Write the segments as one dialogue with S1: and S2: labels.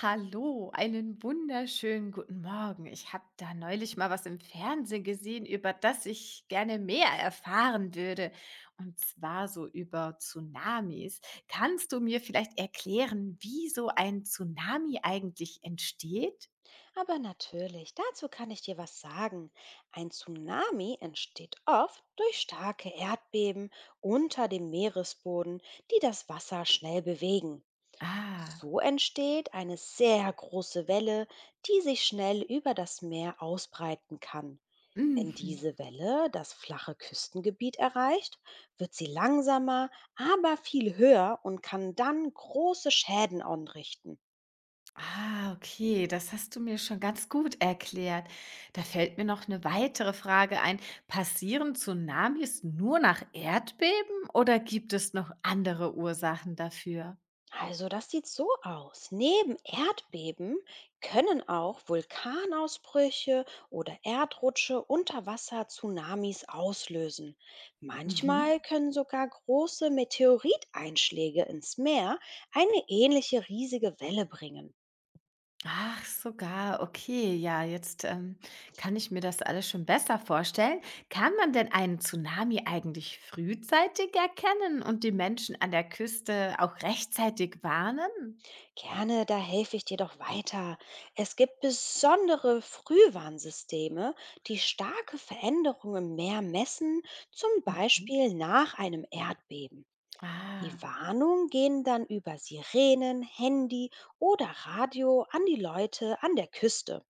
S1: Hallo, einen wunderschönen guten Morgen. Ich habe da neulich mal was im Fernsehen gesehen, über das ich gerne mehr erfahren würde. Und zwar so über Tsunamis. Kannst du mir vielleicht erklären, wie so ein Tsunami eigentlich entsteht?
S2: Aber natürlich, dazu kann ich dir was sagen. Ein Tsunami entsteht oft durch starke Erdbeben unter dem Meeresboden, die das Wasser schnell bewegen.
S1: Ah,
S2: So entsteht eine sehr große Welle, die sich schnell über das Meer ausbreiten kann. Wenn
S1: mhm.
S2: diese Welle das flache Küstengebiet erreicht, wird sie langsamer, aber viel höher und kann dann große Schäden anrichten.
S1: Ah, okay, das hast du mir schon ganz gut erklärt. Da fällt mir noch eine weitere Frage ein. Passieren Tsunamis nur nach Erdbeben oder gibt es noch andere Ursachen dafür?
S2: Also das sieht so aus. Neben Erdbeben können auch Vulkanausbrüche oder Erdrutsche unter Wasser Tsunamis auslösen. Manchmal
S1: Mhm.
S2: können sogar große Meteoriteinschläge ins Meer eine ähnliche riesige Welle bringen.
S1: Ach, sogar, okay, ja, jetzt kann ich mir das alles schon besser vorstellen. Kann man denn einen Tsunami eigentlich frühzeitig erkennen und die Menschen an der Küste auch rechtzeitig warnen?
S2: Gerne, da helfe ich dir doch weiter. Es gibt besondere Frühwarnsysteme, die starke Veränderungen im Meer messen, zum
S1: Mhm.
S2: Beispiel nach einem Erdbeben. Die
S1: Ah,
S2: Warnungen gehen dann über Sirenen, Handy oder Radio an die Leute an der Küste.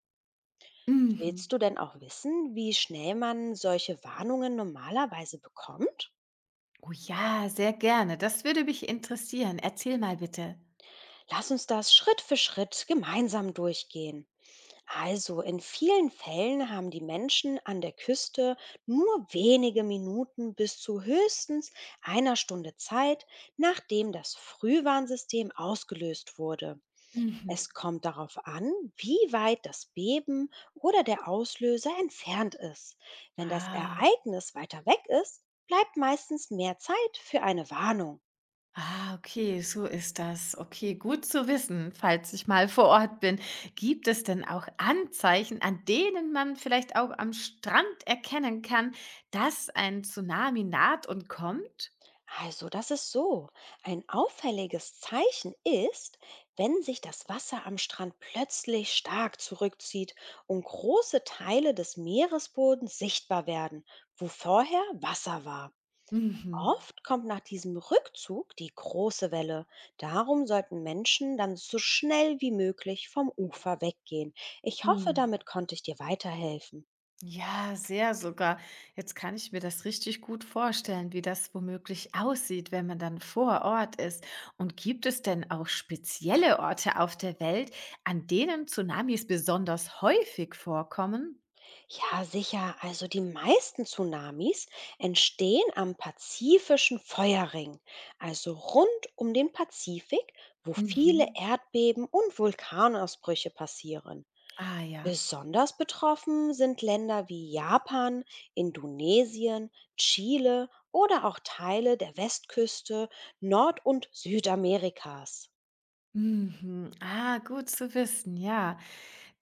S1: mhm.
S2: Willst du denn auch wissen, wie schnell man solche Warnungen normalerweise bekommt?
S1: Oh ja, sehr gerne. Das würde mich interessieren. Erzähl mal bitte.
S2: Lass uns das Schritt für Schritt gemeinsam durchgehen. Also, in vielen Fällen haben die Menschen an der Küste nur wenige Minuten bis zu höchstens einer Stunde Zeit, nachdem das Frühwarnsystem ausgelöst wurde.
S1: Mhm.
S2: Es kommt darauf an, wie weit das Beben oder der Auslöser entfernt ist. Wenn das
S1: Ah,
S2: Ereignis weiter weg ist, bleibt meistens mehr Zeit für eine Warnung.
S1: ah, okay, so ist das. Okay, gut zu wissen, falls ich mal vor Ort bin. Gibt es denn auch Anzeichen, an denen man vielleicht auch am Strand erkennen kann, dass ein Tsunami naht und kommt?
S2: Also das ist so. Ein auffälliges Zeichen ist, wenn sich das Wasser am Strand plötzlich stark zurückzieht und große Teile des Meeresbodens sichtbar werden, wo vorher Wasser war.
S1: Mhm.
S2: Oft kommt nach diesem Rückzug die große Welle. Darum sollten Menschen dann so schnell wie möglich vom Ufer weggehen. Ich hoffe,
S1: Hm.
S2: damit konnte ich dir weiterhelfen.
S1: Ja, sehr sogar. Jetzt kann ich mir das richtig gut vorstellen, wie das womöglich aussieht, wenn man dann vor Ort ist. Und gibt es denn auch spezielle Orte auf der Welt, an denen Tsunamis besonders häufig vorkommen?
S2: Ja, sicher. Also die meisten Tsunamis entstehen am pazifischen Feuerring, also rund um den Pazifik, wo viele
S1: Mhm.
S2: Erdbeben und Vulkanausbrüche passieren.
S1: Ah ja.
S2: Besonders betroffen sind Länder wie Japan, Indonesien, Chile oder auch Teile der Westküste Nord- und Südamerikas.
S1: Mhm. Ah, gut zu wissen, ja.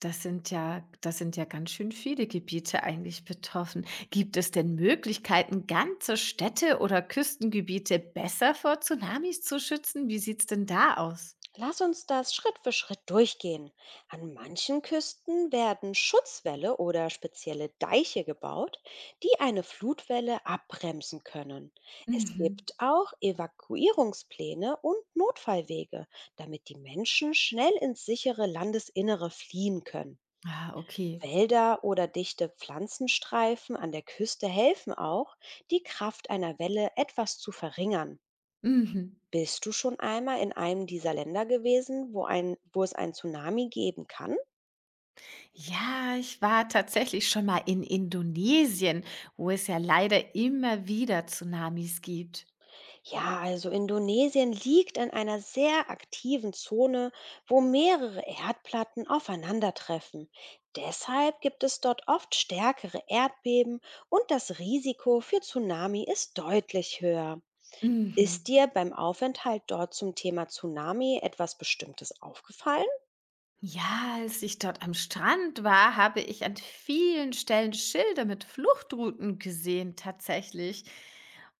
S1: Das sind ja ganz schön viele Gebiete eigentlich betroffen. Gibt es denn Möglichkeiten, ganze Städte oder Küstengebiete besser vor Tsunamis zu schützen? Wie sieht's denn da aus?
S2: Lass uns das Schritt für Schritt durchgehen. An manchen Küsten werden Schutzwälle oder spezielle Deiche gebaut, die eine Flutwelle abbremsen können. Es
S1: Mhm.
S2: gibt auch Evakuierungspläne und Notfallwege, damit die Menschen schnell ins sichere Landesinnere fliehen können.
S1: Ah, okay.
S2: Wälder oder dichte Pflanzenstreifen an der Küste helfen auch, die Kraft einer Welle etwas zu verringern.
S1: Mhm.
S2: Bist du schon einmal in einem dieser Länder gewesen, wo es ein Tsunami geben kann?
S1: Ja, ich war tatsächlich schon mal in Indonesien, wo es ja leider immer wieder Tsunamis gibt.
S2: Ja, also Indonesien liegt in einer sehr aktiven Zone, wo mehrere Erdplatten aufeinandertreffen. Deshalb gibt es dort oft stärkere Erdbeben und das Risiko für Tsunami ist deutlich höher. Ist
S1: Mhm.
S2: dir beim Aufenthalt dort zum Thema Tsunami etwas Bestimmtes aufgefallen?
S1: Ja, als ich dort am Strand war, habe ich an vielen Stellen Schilder mit Fluchtrouten gesehen, tatsächlich.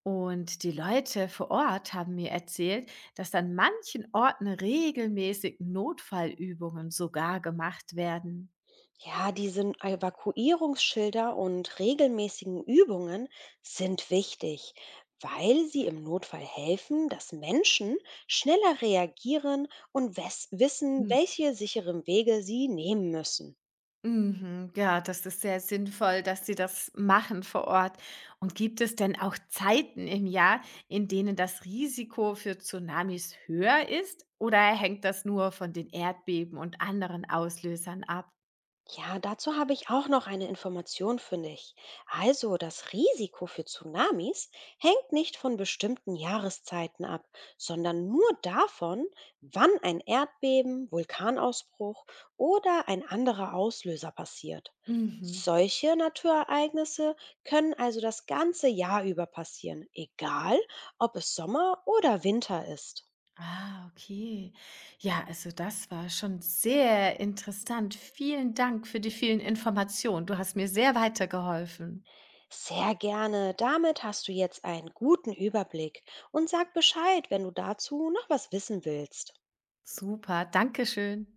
S1: Und die Leute vor Ort haben mir erzählt, dass an manchen Orten regelmäßig Notfallübungen sogar gemacht werden.
S2: Ja, diese Evakuierungsschilder und regelmäßigen Übungen sind wichtig, weil sie im Notfall helfen, dass Menschen schneller reagieren und wissen, welche sicheren Wege sie nehmen müssen.
S1: Mhm, ja, das ist sehr sinnvoll, dass Sie das machen vor Ort. Und gibt es denn auch Zeiten im Jahr, in denen das Risiko für Tsunamis höher ist? Oder hängt das nur von den Erdbeben und anderen Auslösern ab?
S2: Ja, dazu habe ich auch noch eine Information für dich. Also, das Risiko für Tsunamis hängt nicht von bestimmten Jahreszeiten ab, sondern nur davon, wann ein Erdbeben, Vulkanausbruch oder ein anderer Auslöser passiert.
S1: Mhm.
S2: Solche Naturereignisse können also das ganze Jahr über passieren, egal ob es Sommer oder Winter ist.
S1: Ah, okay. Ja, also das war schon sehr interessant. Vielen Dank für die vielen Informationen. Du hast mir sehr weitergeholfen.
S2: Sehr gerne. Damit hast du jetzt einen guten Überblick und sag Bescheid, wenn du dazu noch was wissen willst.
S1: Super, Dankeschön.